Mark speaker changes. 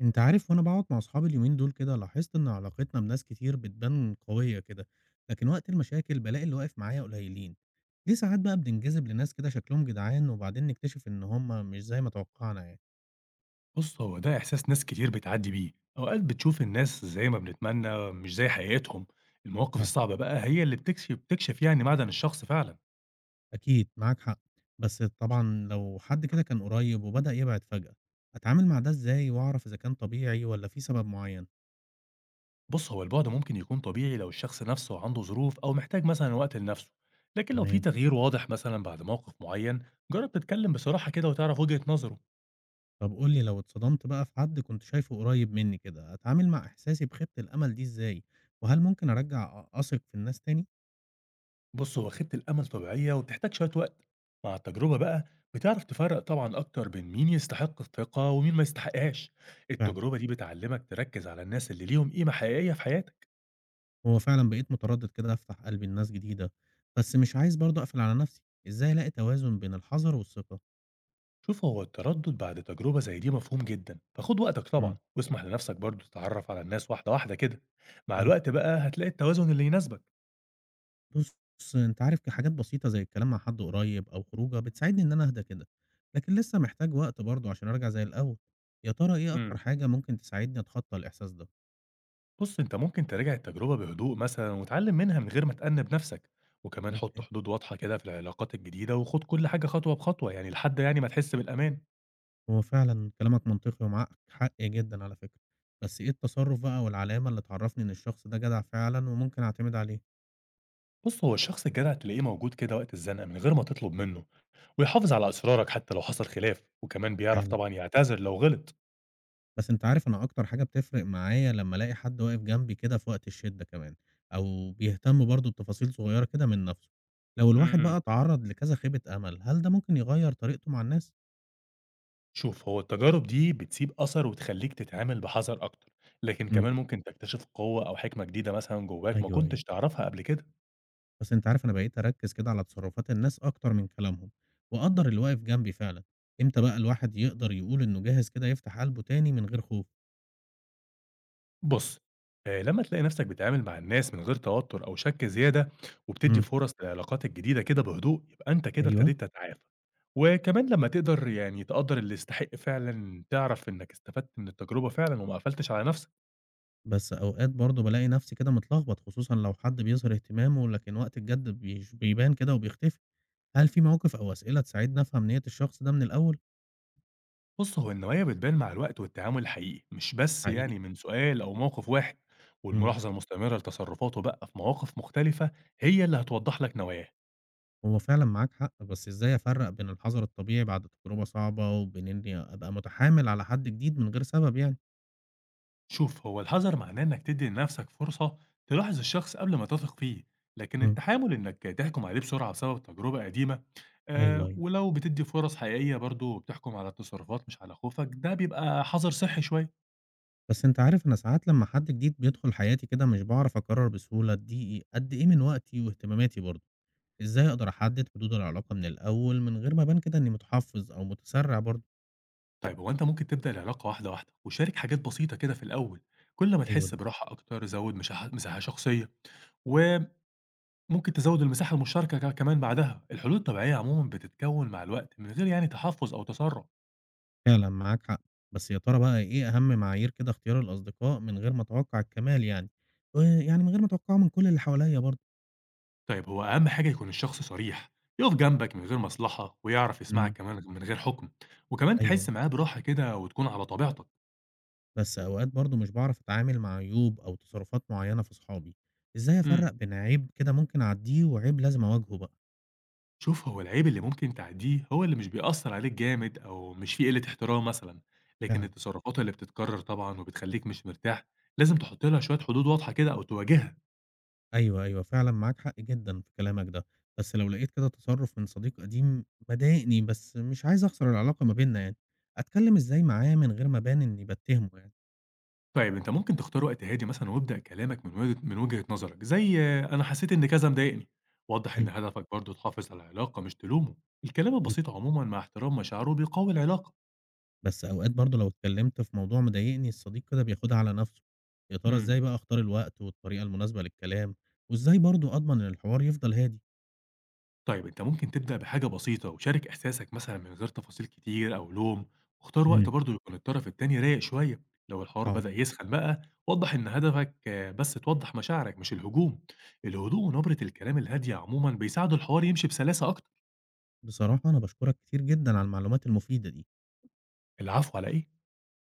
Speaker 1: انت عارف وانا بقعد مع اصحابي اليومين دول كده لاحظت ان علاقتنا بناس كتير بتبان قوية كده. لكن وقت المشاكل بلاقي اللي واقف معايا قليلين. ليه ساعات بقى بننجذب لناس كده شكلهم جدعان وبعدين نكتشف ان هم مش زي ما توقعنا يعني؟
Speaker 2: بُص، هو ده إحساس ناس كتير بتعدّي بيه، أوقات بتشوف الناس زي ما بنتمنى مش زي حقيقتهم، المواقف
Speaker 1: فعلا.
Speaker 2: الصعبة بقى هي اللي بتكشف يعني معدن الشخص فعلًا.
Speaker 1: اكيد معاك حق. بس طبعا لو حد كده كان قريب وبدأ يبعد فجأة، اتعامل مع ده ازاي واعرف اذا كان طبيعي ولا في سبب معين؟
Speaker 2: بُص، هو البُعد ممكن يكون طبيعي لو الشخص نفسه عنده ظروف أو محتاج مثلًا وقت لنفسه، لكن لو في
Speaker 1: تمام.
Speaker 2: تغيير واضح مثلًا بعد موقف معيّن، جرّب تتكلم بصراحة كده وتعرف وجهة نظره.
Speaker 1: طب قولي لو اتصدمت بقى في حد كنت شايفه قريب مني كده، اتعامل مع احساسي بخيبة الامل دي ازاي؟ وهل ممكن ارجع اثق في الناس تاني؟
Speaker 2: بص هو خيبة الأمل طبيعية وبتحتاج شوية وقت مع التجربة بقى بتعرف تفرق طبعا أكتر بين مين يستحق الثقة ومين ما يستحقهاش.
Speaker 1: فعلًا.
Speaker 2: التجربة دي بتعلمك تركز على الناس اللي ليهم قيمة حقيقية في حياتك.
Speaker 1: هو فعلًا بقيت متردد كده أفتح قلبي لناس جديدة، بس مش عايز برضه أقفل على نفسي. إزاي ألاقي توازن بين الحذر والثقة؟
Speaker 2: شوف هو التردد بعد تجربة زي دي مفهوم جدا، فخد وقتك
Speaker 1: إمم.
Speaker 2: طبعا واسمح لنفسك برضو تتعرف على الناس واحدة واحدة كده. مع
Speaker 1: ماشي.
Speaker 2: الوقت بقى هتلاقي التوازن اللي يناسبك.
Speaker 1: بُص، أنت عارف ك حاجات بسيطة زي الكلام مع حد قريب أو خروجة بتساعدني إن أنا أهدى كده، لكن لسه محتاج وقت برضه عشان أرجع زي الأول. يا ترى إيه أكتر حاجة ممكن تساعدني أتخطى الإحساس ده؟
Speaker 2: بُص، أنت ممكن تراجع التجربة بهدوء مثلًا وتتعلم منها من غير ما تأنِّب نفسك، وكمان حُط
Speaker 1: أوكي.
Speaker 2: حدود واضحة كده في العلاقات الجديدة وخُد كل حاجة خطوة بخطوة يعني لحد يعني ما تحس بالأمان.
Speaker 1: هو فعلًا كلامك منطقي ومعاك حق جدًا على فكرة، بس إيه التصرف بقى والعلامة اللي تعرفني إن الشخص ده جدع فعلًا وممكن أعتمد عليه؟
Speaker 2: بُص، هو الشخص الجدع تلاقيه موجود كده وقت الزنقة من غير ما تطلب منه، ويحافظ على أسرارك حتى لو حصل خلاف، وكمان بيعرف
Speaker 1: فعلًا.
Speaker 2: طبعًا يعتذر لو غلط.
Speaker 1: بس أنت عارف أنا أكتر حاجة بتفرق معايا لمّا ألاقي حد واقف جنبي كده في وقت الشدة كمان، أو بيهتم برضه بتفاصيل صغيرة كده من نَفْسه. لو الواحد بقى
Speaker 2: إمم،
Speaker 1: اتعرّض لكذا خيبة أمل، هل ده ممكن يغيّر طريقته مع الناس؟
Speaker 2: شوف هو التجارب دي بتسيب أثر وتخلّيك تتعامل بحذر أكتر، لكن
Speaker 1: إمم.
Speaker 2: كمان ممكن تكتشف قوة أو حكمة جديدة مثلًا جواك ما
Speaker 1: أيوه، أيوه.
Speaker 2: كنتش تعرفها قبل كده.
Speaker 1: بس أنت عارف أنا بقيت أركّز كده على تصرّفات الناس أكتر من كلامهم، وأقدّر اللي واقف جنبي فعلًا. إمتى بقى الواحد يقدر يقول إنه جاهز كده يفتح قلبه تاني من غير خوف؟
Speaker 2: بُص، لمّا تلاقي نَفْسك بتتعامل مع الناس من غير توتُّر أو شَك زيادة وبتدّي
Speaker 1: إمم.
Speaker 2: فرص للعلاقات الجديدة كده بهدوء، يبقى أنت كده
Speaker 1: أيوه.
Speaker 2: ابتديت تتعافى. وكمان لمّا تقدر يعني تقدّر اللي يستحق فعلًا، تعرف إنّك استفدت من التجربة فعلًا وما قفلتش على نَفْسك.
Speaker 1: بس أوقات برضه بالاقي نَفْسي كده متلخبط، خصوصًا لو حد بيظهر اهتمامه، لكن وقت الجد بيبان كده وبيختفي. هل في مواقف أو أسئلة تساعدني أفهم نية الشخص ده من الأول؟
Speaker 2: بُص، هو النوايا بتبان مع الوقت والتعامل الحقيقي، مش بس
Speaker 1: حقيقي.
Speaker 2: يعني من سؤال أو موقِف واحد،
Speaker 1: إمم.
Speaker 2: والملاحظة المستمرة لتصرُّفاته بقى في مواقِف مختلفة هي اللي هتوضّح لك نواياه.
Speaker 1: هو فعلًا معاك حق، بس إزاي أفرّق بين الحذر الطبيعي بعد تجربة صعبة وبين إني أبقى متحامل على حد جديد من غير سبب يعني؟
Speaker 2: شوف هو الحذر معناه انك تدي لنفسك فرصة تلاحظ الشخص قبل ما تثق فيه، لكن
Speaker 1: إمم.
Speaker 2: التحامل انك تحكم عليه بسرعة بسبب تجربة قديمة.
Speaker 1: أيوه،
Speaker 2: آه
Speaker 1: أيوه.
Speaker 2: ولو بتدي فرص حقيقية برضه بتحكم على التصرفات مش على خوفك ده بيبقى حذر صحي شوية.
Speaker 1: بس أنت عارف أنا ساعات لمّا حد جديد بيدخل حياتي كده مش باعرف أقرر بسهولة أديه قد إيه من وقتي واهتماماتي برضه. إزاي أقدر أحدد حدود العلاقة من الأول من غير ما أبان كده إني متحفّظ أو متسرع برضه؟
Speaker 2: طيب هو انت ممكن تبدأ العلاقة واحدة واحدة وشارك حاجات بسيطة كده في الأول، كل ما
Speaker 1: حلو
Speaker 2: تحس
Speaker 1: ده.
Speaker 2: براحة أكتر زود مساحة شخصية. وممكن تزود المساحة المشتركة كمان، بعدها الحلول الطبيعية عموما بتتكون مع الوقت من غير يعني تحفظ أو تسرع.
Speaker 1: فعلًا معاك حق، بس يا ترى بقى إيه أهم معايير كده اختيار الأصدقاء من غير ما أتوقع الكمال يعني، ويعني من غير ما أتوقعه من كل اللي حواليّا برضه؟
Speaker 2: طيب هو أهم حاجة يكون الشخص صريح، يقف جنبك من غير مصلحة ويعرف يسمعك
Speaker 1: إمم.
Speaker 2: كمان من غير حكم، وكمان
Speaker 1: أيوه،
Speaker 2: تحس معاه براحة كده وتكون على طبيعتك.
Speaker 1: بس أوقات برضه مش باعرف أتعامل مع عيوب أو تصرفات معيّنة في صحابي. إزاي
Speaker 2: امم،
Speaker 1: أفرّق بين عيب كده ممكن أعدّيه وعيب لازم أواجهه بقى؟
Speaker 2: شوف هو العيب اللي ممكن تعديه هو اللي مش بيأثر عليك جامد أو مش فيه قلة احترام مثلا، لكن
Speaker 1: فعلًا.
Speaker 2: التصرفات اللي بتتكرر طبعا وبتخليك مش مرتاح لازم تحط لها شوية حدود واضحة كده أو تواجهها.
Speaker 1: أيوه، أيوه، فعلًا معاك حق جدًا في كلامك ده. بس لو لقيت كده تصرف من صديق قديم مضايقني بس مش عايز أخسر العلاقة ما بيننا يعني، أتكلم إزاي معاه من غير ما أبان إني باتهمه يعني؟
Speaker 2: طيب أنت ممكن تختار وقت هادي مثلًا وابدأ كلامك من وجهة نظرك، زي آه، أنا حسيت إن كذا مضايقني، وضّح إن
Speaker 1: أيوه،
Speaker 2: هدفك برضه تحافظ على العلاقة مش تلومه، الكلام
Speaker 1: أكيد.
Speaker 2: البسيط عمومًا مع احترام مشاعره بيقوي العلاقة.
Speaker 1: بس أوقات برضه لو اتكلمت في موضوع مضايقني الصديق كده بياخدها على نفسه، يا ترى إزاي
Speaker 2: إمم،
Speaker 1: بقى أختار الوقت والطريقة المناسبة للكلام، وإزاي برضه أضمن إن الحوار يفضل هادي؟
Speaker 2: طيب أنت ممكن تبدأ بحاجة بسيطة وشارك إحساسك مثلًا من غير تفاصيل كتير أو لوم، واختار وقت
Speaker 1: امم.
Speaker 2: برضه يكون الطرف التاني رايق شوية، لو الحوار
Speaker 1: حاضر.
Speaker 2: بدأ يسخن بقى وضّح إن هدفك آه، بس توضّح مشاعرك مش الهجوم، الهدوء ونبرة الكلام الهادية عمومًا بيساعدوا الحوار يمشي بسلاسة أكتر.
Speaker 1: بصراحة أنا باشكرك كتير جدًا على المعلومات المفيدة دي.
Speaker 2: العفو على إيه؟